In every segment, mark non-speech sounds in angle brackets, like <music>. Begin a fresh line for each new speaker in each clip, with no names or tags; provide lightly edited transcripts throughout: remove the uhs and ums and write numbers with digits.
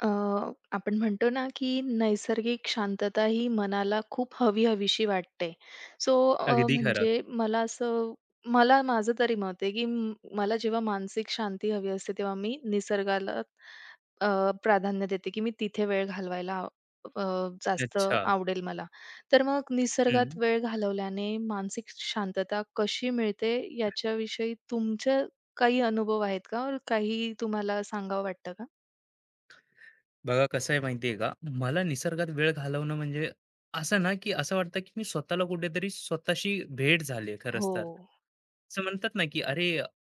अ, आपण म्हणतो ना, की नैसर्गिक शांतता ही मनाला खूप हवी-हवीशी वाटते. सो अ,
अगदी खरं.
म्हणजे मला असं मला माझं तरी मत आहे, की म मला जेव्हा मानसिक शांती हवी असते, तेव्हा मी निसर्गाला अ, प्राधान्य देते, की मी तिथे वेळ घालवायला जास्त
अच्छा.
आवडेल मला. तर मग निसर्गात
हं.
वेळ घालवल्याने मानसिक शांतता कशी मिळते, याच्याविषयी तुमचे काही अनुभव आहेत का? और काही तुम्हाला सांगावं वाटतं का?
बघा कसं आहे माहिती का मला निसर्गात वेळ घालवणं म्हणजे असं ना की असं वाटतं की मी स्वतःला कुठेतरी स्वतःशी भेट झाली खरंच
हो.
तर. असं म्हणतात ना की अरे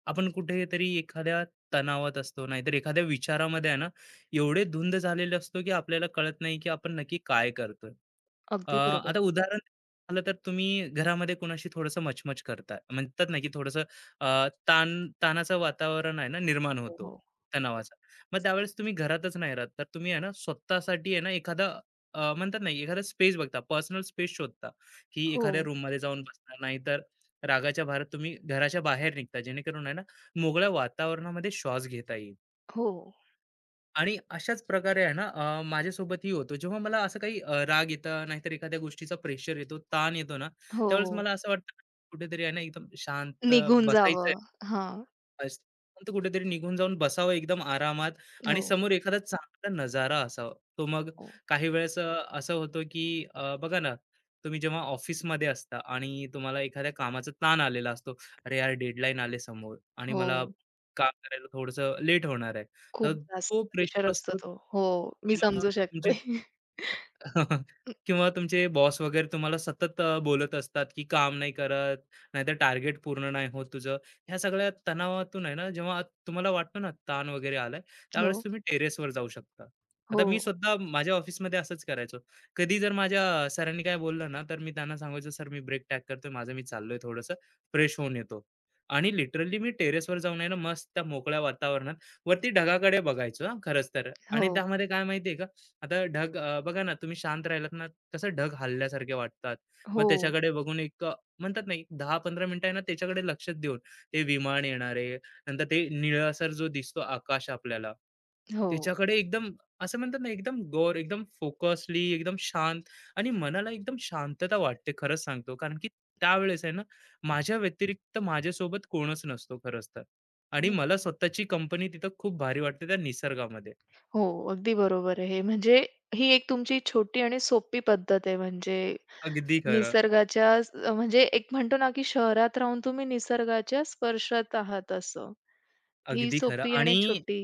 आपण कुठेतरी एखाद्या तणावात असतो नाहीतर एखाद्या विचारामध्ये आहे ना एवढे धुंद झालेले असतो की आपल्याला कळत नाही की आपण नक्की काय करतोय.
अगदी बरोबर.
आता उदाहरण झालं तर तुम्ही घरामध्ये कोणाशी थोडंसं मचमच करता म्हणतात ना की थोडंसं ताणाचं वातावरण आहे ना निर्माण
हो,
होतो
हो.
तणावाचं. मग त्यावेळेस तुम्ही घरातच नाही राहत तर तुम्ही आहे ना स्वतःसाठी आहे ना एखादा म्हणतात नाही एखादा स्पेस बघता, पर्सनल स्पेस शोधता, की
हो,
एखाद्या रूम मध्ये जाऊन बसता नाहीतर रागाच्या भारत तुम्ही घराच्या बाहेर निघता जेणेकरून आहे ना मोगळ्या वातावरणामध्ये श्वास घेता येईल.
हो,
आणि अशाच प्रकारे आहे ना माझ्यासोबतही होतो जेव्हा मला असं काही राग येतं नाहीतर एखाद्या गोष्टीचा प्रेशर येतो ताण येतो ना,
हो,
त्यावेळेस
हो.
मला असं वाटतं कुठेतरी आहे ना एकदम शांत
निघून
बसायचं
जावं. हां.
मस्त. पण तो कुठेतरी निघून जाऊन बसावं एकदम आरामात आणि
हो,
समोर एखादा चांगला नजारा असावा. तो मग
हो,
काही वेळेस असं होतं की बघा ना, तुम्ही जेव्हा ऑफिसमध्ये असता आणि तुम्हाला एखाद्या कामाचा ताण आलेला असतो. "अरे यार, डेडलाईन आले समोर आणि
हो.
मला काम करायला थोडंसं लेट होणार आहे." तर
खूप जास्त
तो
प्रेशर
प्रेशर
असतो
असतो
तो. हो, मी
किंवा
समजू
तुमचे
शकते.
<laughs>
<laughs>
किंवा तुमचे बॉस वगैरे तुम्हाला सतत बोलत असतात, की काम नाही करत, नाहीतर टार्गेट पूर्ण नाही होत तुझं. ह्या सगळ्या तणावातून आहे ना, जेव्हा तुम्हाला वाटतं ना ताण वगैरे आलाय,
हं,
त्यावेळेस
हो,
तुम्ही टेरेसवर जाऊ शकता. आता मी
हो,
स्वतः माझ्या ऑफिसमध्ये असंच करायचो. कधी जर माझ्या सरांनी काय बोललं ना, तर मी त्यांना सांगायचो, "सर, मी ब्रेक टाक करतोय माझं, मी चाललोय थोडंसं फ्रेश होऊन येतो." आणि लिटरली मी टेरेसवर जाऊन आहे ना, मस्त त्या मोकळ्या वातावरणात, वरती ढगाकडे बघायचो हां, खरंच तर. आणि
हो,
त्यामध्ये काय माहिती का? आता ढग बघा ना तुम्ही शांत राहिलात ना कसं ढग हलल्यासारखे वाटतात. मग त्याच्याकडे बघून एक म्हणतात ना, एक 10-15 मिनिटं आहे ना त्याच्याकडे लक्ष देऊन ते विमान येणार आहे. नंतर ते निळसर जो दिसतो आकाश आपल्याला,
हो,
त्याच्याकडे एकदम असं म्हणतात ना, एकदम गौर, एकदम फोकसली, एकदम शांत आणि मनाला एकदम शांतता वाटते खरंच सांगतो. कारण की त्यावेळेस आहे ना, माझ्या व्यतिरिक्त माझ्यासोबत कोणच नसतो खरंच तर आणि
हो,
मला स्वतःची कंपनी तिथं खूप भारी वाटते त्या निसर्गामध्ये.
हो. अगदी बरोबर आहे. म्हणजे ही एक तुमची छोटी आणि सोपी पद्धत आहे. म्हणजे
अगदी खरं.
निसर्गाच्या म्हणजे एक म्हणतो ना, की शहरात राहून तुम्ही निसर्गाच्या स्पर्शात आहात असं. ही
अगदी खरं
सोपी
आणि
आणि छोटी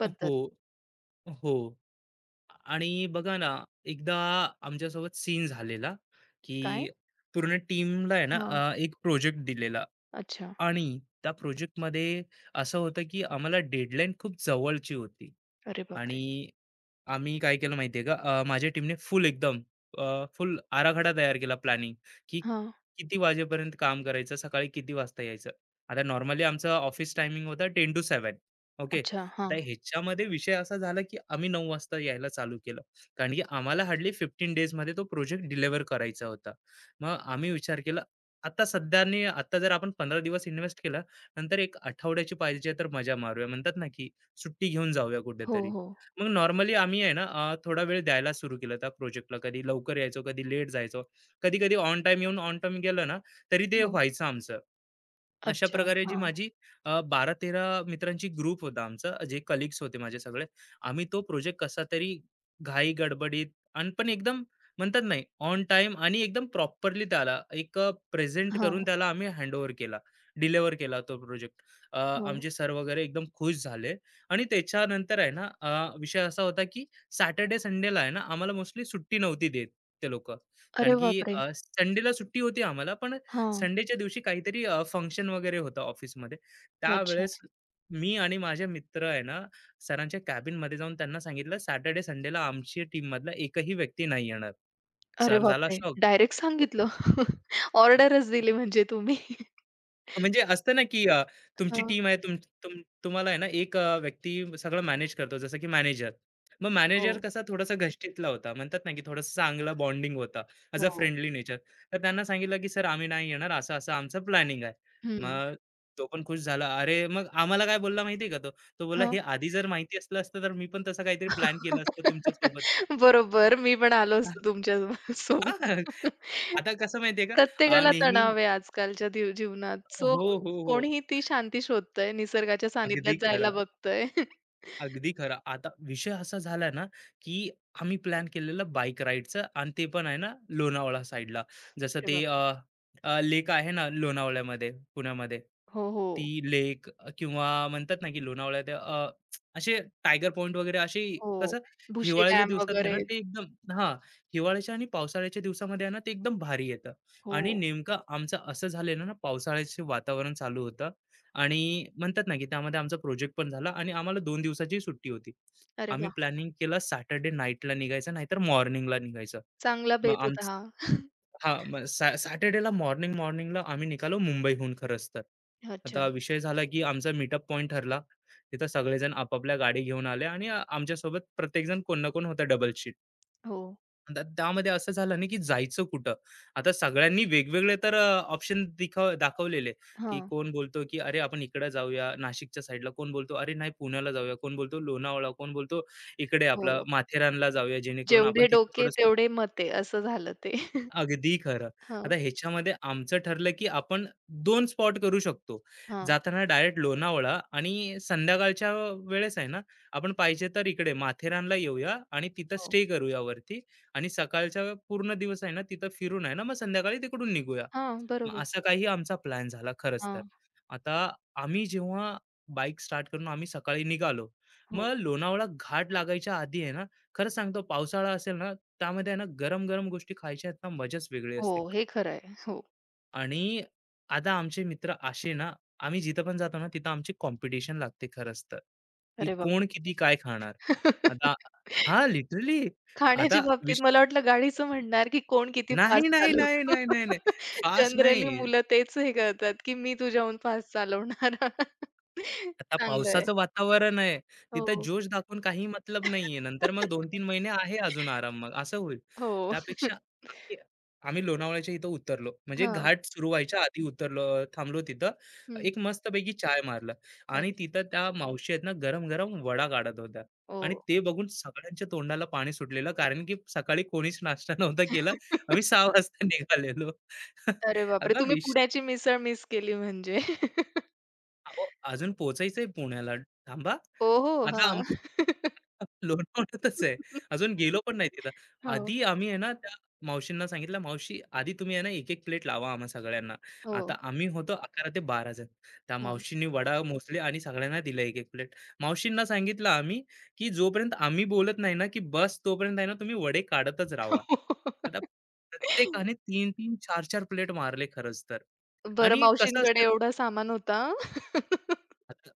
पद्धत.
हो, हो. आणि बघा ना, एकदा आमच्यासोबत सीन झालेला,
काय?
की पूर्ण टीमला आहे ना,
हां.
एक प्रोजेक्ट दिलेला
अच्छा.
आणि त्या प्रोजेक्टमध्ये असं होतं की आम्हाला डेडलाईन खूप जवळची होती
अरे बापरे!
आणि आम्ही काय केलं माहितीये का माझ्या टीमने फुल एकदम फुल आराखडा तयार केला प्लॅनिंग की
हां.
किती वाजेपर्यंत काम करायचं सकाळी किती वाजता यायचं. आता नॉर्मली आमचा ऑफिस टायमिंग होता 10 to 7, ओके.
अच्छा.
आता
हां.
ह्याच्यामध्ये विषय असा झाला की आम्ही 9 वाजता यायला चालू केलं कारण की आम्हाला हार्डली 15 days मध्ये तो प्रोजेक्ट डिलिव्हर करायचा होता. मग आम्ही विचार केला आता सध्याने आता जर आपण 15 दिवस इन्व्हेस्ट केला, नंतर एक आठवड्याची पाहिजे तर मजा मारूया. म्हणतात ना, की सुट्टी घेऊन जाऊया
हो,
कुठेतरी.
हो.
मग नॉर्मली आम्ही आहे ना, थोडा वेळ द्यायला सुरू केलं त्या प्रोजेक्टला. कधी लवकर यायचो, कधी लेट जायचो. कधी-कधी ऑन टाईम येऊन ऑन टाईम गेलं ना, तरी ते
हो.
व्हायचं आमचं. अशा
अच्छा.
प्रकारे जी
हां.
माझी 12 तेरा मित्रांची ग्रुप होता आमचा, जे कलीग्स होते माझे सगळे. आम्ही तो प्रोजेक्ट कसा तरी घाई गडबडीत आणि पण एकदम म्हणतात नाही ऑन टाइम आणि एकदम प्रॉपरली त्याला एक प्रेझेंट करून
हां.
त्याला आम्ही हँडओव्हर केला, डिलिव्हर केला तो प्रोजेक्ट.
हो.
आमचे सर वगैरे एकदम खुश झाले आणि त्याच्यानंतर आहे ना विषय असा होता की सॅटर्डे संडेला आहे ना आम्हाला मोस्टली सुट्टी नव्हती देत ते लोकं. कारण
अरे
की
बापरे!
संडेला सुट्टी होती आम्हाला पण
हां.
संडेच्या दिवशी काहीतरी फंक्शन वगैरे होतं ऑफिसमध्ये.
अच्छा.
त्यावेळेस मी आणि माझे मित्र आहे ना, सरांच्या कॅबिनमध्ये जाऊन त्यांना सांगितलं, "सॅटर्डे संडेला आमची टीममधला एकही व्यक्ती नाही येणार."
अरे
सर झाला
बापरे!
शॉक.
डायरेक्ट सांगितलं. <laughs> ऑर्डरच दिली म्हणजे तुम्ही.
म्हणजे असतं ना, की तुमची
हां.
टीम आहे, तुम तुम तुम्हाला आहे ना, एक व्यक्ती सगळं मॅनेज करतो, जसं की मॅनेजर. मग मॅनेजर
हो,
कसा थोडासा घष्टीतला होता. म्हणतात ना, की थोडासा चांगला बॉन्डिंग होता, ॲज अ
हो.
Friendly nature. तर त्यांना सांगितलं, की "सर, आम्ही नाही येणार, असं-असं आमचं प्लॅनिंग आहे."
हं.
मग तो पण खुश झाला. अरे, मग आम्हाला काय बोलला माहिती का तो? तो बोलला, "हे
हां.
आधी जर माहिती असलं असतं, तर मी पण तसं काहीतरी प्लॅन केलं असतं तुमच्यासोबत."
बरोबर. मी पण आलो असतो तुमच्या
हां,
सोबत.
<laughs> आता कसं माहिती का?
प्रत्येकाला
नेहमी
तणाव आहे आजकालच्या जीवनात. सो
हो, हो, हो.
कोणीही ती शांती शोधतंय, निसर्गाच्या
अगदी
सानिध्यात जायला
खरं.
बघतंय.
अगदी खरं. आता विषय असा झाला ना, की आम्ही प्लॅन केलेलं बाईक राईडचं आणि ते पण आहे ना लोणावळा साइडला. जसं
अरे
ते अ,
बापरे!
अ, लेक आहे ना लोणावळ्यामध्ये, पुण्यामध्ये.
हो, हो.
ती लेक किंवा म्हणतात ना, की लोणावळ्यात असे टायगर पॉइंट वगैरे असे
हो.
कसं
भुशी
हिवाळ्याच्या
डॅम
दिवसात आहे ना,
वगैरे.
ते एकदम हां, हिवाळ्याच्या आणि पावसाळ्याच्या दिवसामध्ये आहे ना, ते एकदम भारी येतं.
हो.
आणि नेमकं आमचं असं झालेलं ना, पावसाळ्याचे वातावरण चालू होतं. आणि म्हणतात ना, की त्यामध्ये आमचा प्रोजेक्ट पण झाला आणि आम्हाला 2 दिवसाची सुट्टी होती.
अरे
आम्ही
वाह!
प्लॅनिंग केलं सॅटर्डे नाईटला निघायचं, नाहीतर मॉर्निंगला निघायचं.
चांगला
मग
बेत होता
आमच
हा.
हां, मग सॅटर्डेला मॉर्निंगला आम्ही निघालो मुंबईहून खरंच तर.
अच्छा.
आता विषय झाला, की आमचा मीटअप पॉइंट ठरला. तिथं सगळेजण आपापल्या गाडी घेऊन आले आणि आमच्यासोबत प्रत्येकजण कोण ना कोण होता डबल.
हो.
आता त्यामध्ये असं झालं ना, की जायचं कुठं? आता सगळ्यांनी वेगवेगळे तर ऑप्शन दाखवलेले, की
हां.
कोण बोलतो, की "अरे, आपण इकडे जाऊया नाशिकच्या साईडला." कोण बोलतो, "अरे नाही, पुण्याला जाऊया." कोण बोलतो, "लोणावळा." कोण बोलतो, "इकडे आपलं
हो.
माथेरानला जाऊया जेणेकरून आपण
जेवढे
तिथं
डोके
थोडंसं."
तेवढे मते असं झालं ते. <laughs>
अगदी खरं.
हां,
आता ह्याच्यामध्ये आमचं ठरलं, की आपण दोन स्पॉट करू शकतो.
हां.
जाताना डायरेक्ट लोणावळा आणि संध्याकाळच्या वेळेस आहे ना, आपण पाहिजे तर इकडे माथेरानला येऊया आणि तिथं
हो.
स्टे करूया वरती आणि सकाळचा पूर्ण दिवस आहे ना, तिथं फिरून आहे ना, मग संध्याकाळी तिकडून निघूया.
हां,
मग
बरोबर.
असा काही आमचा प्लॅन झाला खरंच तर.
हां.
आता आम्ही जेव्हा बाईक स्टार्ट करून आम्ही सकाळी निघालो.
हो.
मग लोणावळा घाट लागायच्या आधी आहे ना, खरं सांगतो पावसाळा असेल ना, त्यामध्ये आहे ना गरम-गरम गोष्टी खायच्या आहेत ना, मजाच वेगळी
हो,
असते.
हे खरं आहे. हो.
आणि आता आमचे मित्र असे ना, आम्ही जिथं पण जातो ना, तिथं आमची कॉम्पिटिशन लागते खरंच तर, की
अरे बाप!
कोण किती काय खाणार? आता
<laughs>
हां, लिटरली आता
खाण्याच्या बाबतीत
विश
मला वाटलं गाडीचं म्हणणार, की कोण किती
नाही,
फास्ट
नाही, नाही,
चालवतं.
नाही, नाही, नाही.
<laughs>
फास्ट
जनरली
नाही.
मुलं तेच हे करतात, की मी तुझ्याहून फास्ट चालवणार. <laughs>
आता
चांगलं आहे.
पावसाचं वातावरण आहे. तिथं
हो.
जोश दाखवून काही मतलब नाहीये. नंतर मग 2 तीन महिने आहे अजून आराम मग असं होईल.
हो.
त्यापेक्षा
<laughs>
आम्ही आम्ही लोणावळ्याच्या इथं उतरलो. म्हणजे
हां.
घाट सुरू व्हायच्या आधी उतरलो थांबलो तिथं.
हं.
एक मस्तपैकी चाय मारलं आणि
अरे
तिथं त्या मावशी आहेत ना, गरम-गरम वडा काढत होत्या
ओ.
आणि ते बघून सगळ्यांच्या तोंडाला पाणी सुटलेलं. कारण की सकाळी कोणीच नाश्ता नव्हता केला. आम्ही
<laughs>
6 वाजता निघालेलो. <laughs>
अरे बापरे!
आता
तुम्ही
विश
पुण्याची मिसळ मिस केली म्हणजे. <laughs>
अहो, अजून पोहोचायचंय पुण्याला. थांबा.
हो, हो.
आता आमचं
हां.
लोणावळ्यातच आहे. अजून
<laughs>
गेलो पण नाही तिथं.
हो.
आधी आम्ही आहे ना, त्या मावशींना सांगितलं, "मावशी, आधी तुम्ही आहे ना, 1-1 प्लेट लावा आम्हा सगळ्यांना." आता
हो.
आम्ही होतो 11 ते 12 जण. त्या
हां.
मावशींनी वडा मोजले आणि सगळ्यांना दिलं 1-1 प्लेट. मावशींना सांगितलं आम्ही, की जोपर्यंत आम्ही बोलत नाही ना, की बस तोपर्यंत आहे ना, तुम्ही वडे काढतच राहावा. आता
<laughs>
प्रत्येकाने 3-3, 4-4 प्लेट मारले खरंच तर.
बरं
आणि कसं
मावशींकडे
असतं
एवढा सामान होता. <laughs>
आता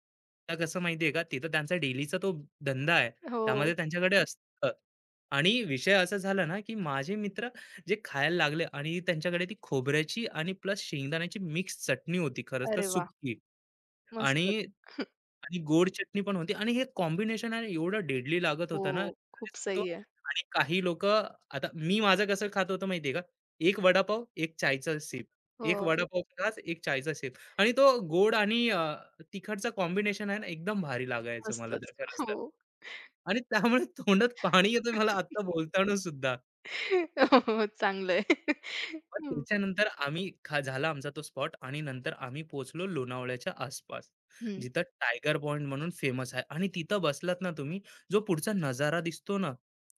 आता कसं माहितीये का, तिथं त्यांचा डेलीचा तो धंदा आहे. त्यामध्ये
हो.
त्यांच्याकडे असतं आणि विषय असा झाला ना, की माझे मित्र जे खायला लागले आणि त्यांच्याकडे ती खोबऱ्याची आणि प्लस शेंगदाण्याची मिक्स चटणी होती खरंच तर
अरे वाह!
सुकी
मस्तच.
आणि आणि गोड चटणी पण होती आणि हे कॉम्बिनेशन आहे एवढं डेडली लागत होतं ना
हो.
खरं
खूप
सांगतो.
सही आहे.
आणि काही लोकं, आता मी माझं कसं खात होतो माहिती का? एक वडापाव, एक चायचा सिप, एक
हो.
वडापावचा घास, एक चायचा सिप आणि तो गोड आणि तिखटचा कॉम्बिनेशन आहे ना एकदम भारी लागायचं मला तर
मस्तच.
खरंच तर.
हो.
आणि त्यामुळे तोंडात पाणी येतं मला आत्ता
<laughs>
बोलताना सुद्धा.
हो, हो. चांगलं.
मग
<laughs>
त्याच्यानंतर आम्ही झाला आमचा तो स्पॉट आणि नंतर आम्ही पोहोचलो लोणावळ्याच्या आसपास, जिथं टायगर पॉइंट म्हणून फेमस आहे आणि तिथं बसलात ना तुम्ही, जो पुढचा नजारा दिसतो ना,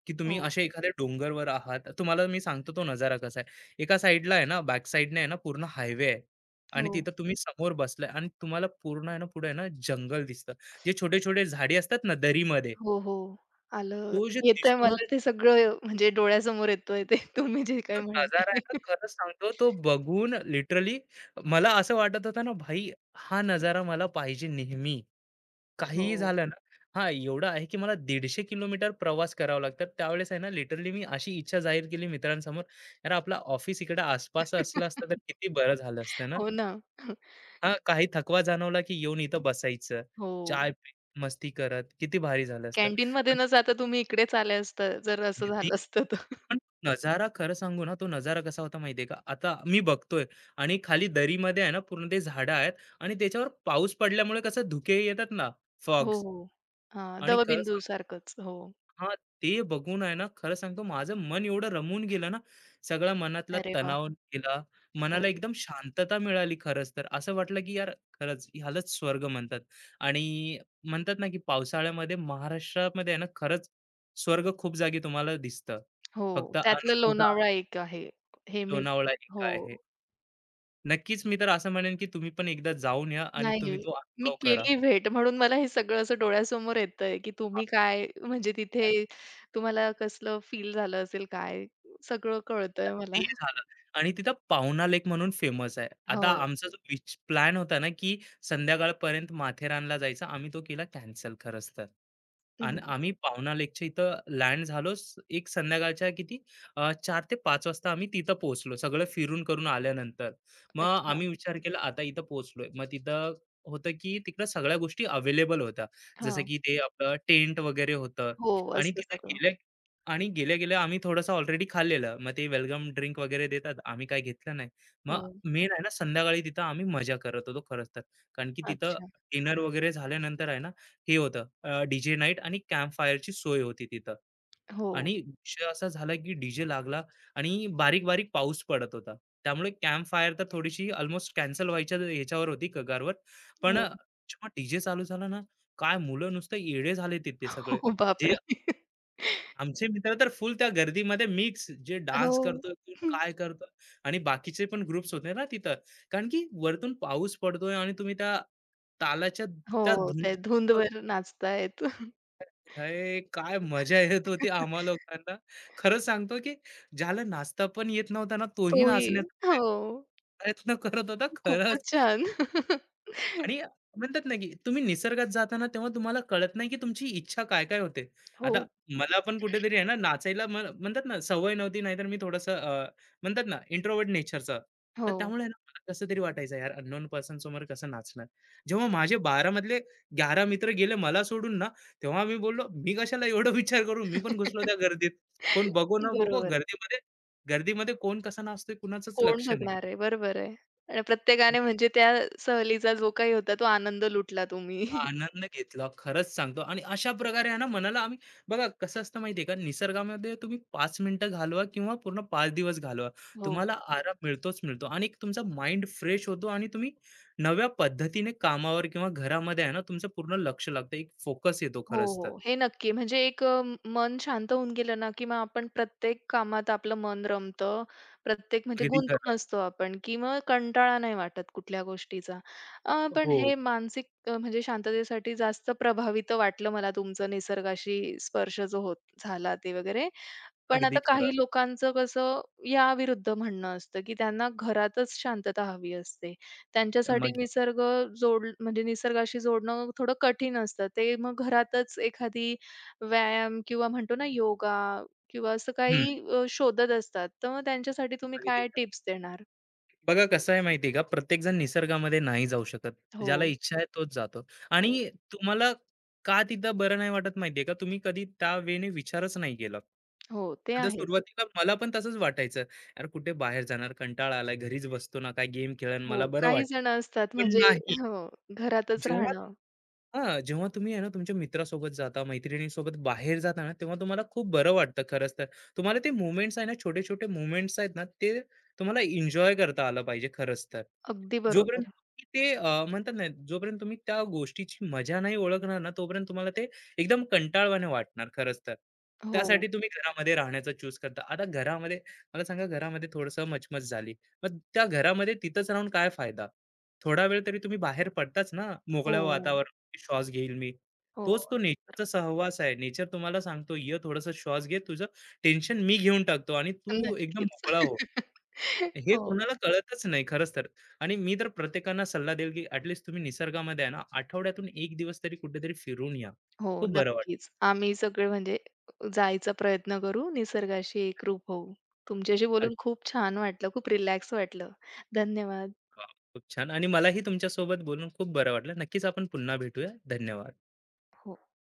की तुम्ही
हो.
अशा एखाद्या डोंगरवर आहात. तुम्हाला मी सांगतो तो नजारा कसा आहे. एका साईडला आहे ना, बॅक साईडने आहे ना पूर्ण हायवे आहे आणि
हो.
तिथं तुम्ही समोर बसलाय आणि तुम्हाला पूर्ण आहे ना, पुढे आहे ना जंगल दिसतं. जे छोटे-छोटे झाडी असतात ना दरीमध्ये,
हो, हो. आलं.
तो जे
येतंय
दिसतो ना
मला ते सगळं. म्हणजे डोळ्यासमोर येतोय ते <laughs> तुम्ही जे काही
जो
म्हणताय.
नजारा आहे ना,
<laughs>
खरं सांगतो तो बघून लिटरली मला असं वाटत होतं ना भाई हा नजारा मला पाहिजे नेहमी. काहीही
हो.
झालं ना हां, एवढं आहे की मला 150 किलोमीटर प्रवास करावा लागतात. त्यावेळेस आहे ना लिटरली मी अशी इच्छा जाहीर केली मित्रांसमोर, "यार आपलं ऑफिस इकडे आसपास असलं असतं तर
<laughs>
किती बरं झालं असतं ना."
हो ना.
हां, काही थकवा जाणवला की येऊन इथं बसायचं,
हो.
चाय पीत, मस्ती करत किती भारी झालं असतं.
कॅन्टीनमध्ये न जाता तुम्ही इकडेच आले असता जर असं
पण
झालं असतं तर. <laughs>
पण नजारा खरं सांगू ना, तो नजारा कसा होता माहिती आहे का? आता मी बघतोय आणि खाली दरीमध्ये आहे ना पूर्ण ते झाडं आहेत आणि त्याच्यावर पाऊस पडल्यामुळे कसं धुके येतात ना
हो,
फॉग्स,
हो. हां,
आणि खरं
दवबिंदू
सांगतो
सारखंच. हो.
हां, ते बघून आहे ना, खरं सांगतो माझं मन एवढं रमून गेलं ना, सगळा मनातला
अरे वाह!
तणाव गेला. मनाला
हो,
एकदम शांतता मिळाली खरंच तर. असं वाटलं की यार खरंच ह्यालाच स्वर्ग म्हणतात. आणि म्हणतात ना, की पावसाळ्यामध्ये महाराष्ट्रामध्ये आहे ना, खरंच स्वर्ग खूप जागी तुम्हाला दिसतं.
हो.
फक्त
त्यातलं
अनुभवता
लोणावळा एक आहे. हे मी
लोणावळा एक
हो.
आहे. नक्कीच मी तर असं म्हणेन, की तुम्ही पण एकदा जाऊन या आणि
नाही.
तुम्ही तो
मी
अनुभव करा.
केली भेट म्हणून मला हे सगळं असं डोळ्यासमोर येतंय, की तुम्ही काय म्हणजे तिथे तुम्हाला कसलं फील झालं असेल काय? सगळं कळतंय मला.
ते झालं आणि तिथं पाहुणा लेक म्हणून फेमस आहे. आता
हो.
आमचा जो विच प्लॅन होता ना, की संध्याकाळपर्यंत माथेरानला जायचा, आम्ही तो केला कॅन्सल खरंच तर. आणि
हं.
आम्ही पाहुणा लेकच्या इथं लँड झालो. एक संध्याकाळच्या किती 4 ते 5 वाजता आम्ही तिथं पोहोचलो. सगळं फिरून करून आल्यानंतर. मग
अच्छा.
आम्ही विचार केला आता इथं पोहोचलोय. मग तिथं होतं, की तिकडं सगळ्या गोष्टी अवेलेबल होत्या. जसं
हां.
की ते आपलं टेंट वगैरे होतं
हो,
आणि
असतं
तिथे
सगळं.
गेल्या आणि गेल्या-गेल्या आम्ही थोडंसं ऑलरेडी खाल्लेलं. मग ते वेलकम ड्रिंक वगैरे देतात. आम्ही काय घेतलं नाही. मग
हो.
मेन आहे ना संध्याकाळी तिथं आम्ही मजा करत होतो खरंच तर. कारण की तिथं
अच्छा.
डिनर वगैरे झाल्यानंतर आहे ना, हे होतं डीजे नाईट आणि कॅम्प फायरची सोय होती तिथं.
हो,
आणि विषय असा झाला की डीजे लागला आणि बारीक-बारीक पाऊस पडत होता. त्यामुळे कॅम्प फायर तर थोडीशी अलमोस्ट कॅन्सल व्हायच्या ह्याच्यावर होती कगारवर. पण
हो.
जेव्हा डीजे चालू झाला ना, काय मुलं नुसतं येडे झाले तिथे सगळे.
हो,
जे
बापरे! <laughs>
आमचे मित्र तर फुल त्या गर्दीमध्ये मिक्स जे
हो.
डान्स करतोय, कोण काय करतोय आणि बाकीचे पण ग्रुप्स होते ना तिथं. कारण की वरतून पाऊस पडतोय आणि तुम्ही त्या तालाच्या त्या
हो, त्या
धूनच्या
धुंदवर
<laughs>
नाचतायत.
अरे, काय मजा येत होती आम्हा
<laughs>
लोकांना. खरंच सांगतो, की ज्याला नाचता पण येत नव्हता ना, तोही
तोही.
नाचण्याचा
हो.
प्रयत्न करत होता. खरंच
खूपच छान. <laughs>
आणि म्हणतात ना, की तुम्ही निसर्गात जाताना तेव्हा तुम्हाला कळत नाही, की तुमची इच्छा काय-काय होते.
हो,
आता मला पण कुठेतरी आहे ना, नाचायला म्हणतात ना, सवय नव्हती. नाहीतर मी थोडंसं म्हणतात ना, इंट्रोव्हर्ट नेचरचा. तर
हो.
त्यामुळे आहे ना, मला कसं तरी वाटायचं, "यार, अननोन पर्सन समोर कसं नाचणार?" जेव्हा माझे 12 मधले 11 मित्र गेले मला सोडून ना, तेव्हा मी बोललो, "मी कशाला एवढा विचार करू?" मी पण घुसलो त्या
<laughs>
गर्दीत. कोण बघो न बघो,
बरोबर.
गर्दीमध्ये गर्दीमध्ये कोण कसा नाचतोय कुणाचंच
कोण
लक्ष
बघणार आहे? बरोबर आहे. आणि प्रत्येकाने
नाही.
म्हणजे त्या सहलीचा जो काही होता तो आनंद लुटला तुम्ही. <laughs>
आनंद घेतला. खरंच सांगतो आणि अशा प्रकारे आहे ना मनाला आम्ही बघा कसं असतं माहिती आहे का, निसर्गामध्ये तुम्ही 5 मिनिटं घालवा किंवा पूर्ण 5 दिवस घालवा.
हो.
तुम्हाला आराम मिळतोच मिळतो आणि एक तुमचा माइंड फ्रेश होतो आणि तुम्ही नव्या पद्धतीने कामावर किंवा घरामध्ये आहे ना, तुमचं पूर्ण लक्ष लागतं. एक फोकस येतो
हो,
खरंच तर.
हो. हे नक्की. म्हणजे एक मन शांत होऊन गेलं ना, की मग आपण प्रत्येक कामात आपलं मन रमतं. प्रत्येक म्हणजे
अगदी खरं.
गुंतून असतो आपण, की मग कंटाळा नाही वाटत कुठल्या गोष्टीचा. पण
हो,
हे मानसिक म्हणजे शांततेसाठी जास्त प्रभावित वाटलं मला तुमचं निसर्गाशी स्पर्श जो होत झाला ते वगैरे. पण
अगदी
आता काही
खरं.
लोकांचं कसं या विरुद्ध म्हणणं असतं, की त्यांना घरातच शांतता हवी असते. त्यांच्यासाठी
मग
निसर्ग जोड म्हणजे निसर्गाशी जोडणं थोडं कठीण असतं. ते मग घरातच एखादी व्यायाम किंवा म्हणतो ना योगा किंवा असं
हं,
काही शोधत असतात. तर मग त्यांच्यासाठी तुम्ही
अगदी
काय
खरं.
टिप्स देणार?
बघा कसं आहे माहिती आहे का, प्रत्येकजण निसर्गामध्ये नाही जाऊ शकत.
हो,
ज्याला इच्छा आहे तोच जातो
हो,
आणि तुम्हाला का तिथं बरं नाही वाटत माहिती आहे का, तुम्ही कधी त्या वेने विचारच नाही केला.
हो. ते
आता
आहे.
सुरुवातीला मला पण तसंच वाटायचं, यार कुठे बाहेर जाणार, कंटाळा आलाय, घरीच बसतो ना, काय गेम खेळेन, मला
हो,
बरं
काही
वाटेल.
जण असतात
पण
म्हणजे
नाही,
हो, घरातच
जेव्हा
राहणं.
जेव्हा तुम्ही आहे ना तुमच्या मित्रासोबत जाता, मैत्रिणींसोबत बाहेर जाता ना, तेव्हा तुम्हाला खूप बरं वाटतं खरंच तर. तुम्हाला ते मोमेंट्स आहे ना, छोटे-छोटे मोमेंट्स आहेत ना, ते तुम्हाला एन्जॉय करता आलं पाहिजे खरंच तर.
अगदी
जोपर्यंत
बरोबर.
तुम्ही ते म्हणतात ना, जोपर्यंत तुम्ही त्या गोष्टीची मजा नाही ओळखणार ना, तोपर्यंत तुम्हाला ते एकदम कंटाळवाणे वाटणार खरंच तर.
हो,
त्यासाठी तुम्ही घरामध्ये राहण्याचा चूज करता. आता घरामध्ये मला सांगा घरामध्ये थोडंसं मचमच झाली. मग त्या घरामध्ये तिथंच राहून काय फायदा? थोडा वेळ तरी तुम्ही बाहेर पडताच ना, मोकळ्या
हो,
वातावरणात. श्वास घेईल मी.
हो.
तोच तो नेचरचा सहवास आहे. नेचर तुम्हाला सांगतो, "ये थोडासा श्वास घे, तुझं टेन्शन मी घेऊन टाकतो आणि तू एकदम
नक्कीच.
मोकळा हो."
<laughs>
हे
हो,
कोणाला कळतच नाही खरंच तर. आणि मी तर प्रत्येकांना सल्ला देईल, की ॲट लीस्ट तुम्ही निसर्गामध्ये आहे ना, आठवड्यातून 1 दिवस तरी कुठेतरी फिरून या.
हो,
खूप बरं वाटतं.
नक्कीच. आम्ही सगळे म्हणजे जायचा प्रयत्न करू, निसर्गाशी एकरूप होऊ. तुमच्याशी
अरे
बोलून खूप छान वाटलं, खूप रिलॅक्स वाटलं. धन्यवाद.
वाह! खूप छान आणि मलाही तुमच्यासोबत बोलून खूप बरं वाटलं. नक्कीच आपण पुन्हा भेटूया. धन्यवाद.
हो.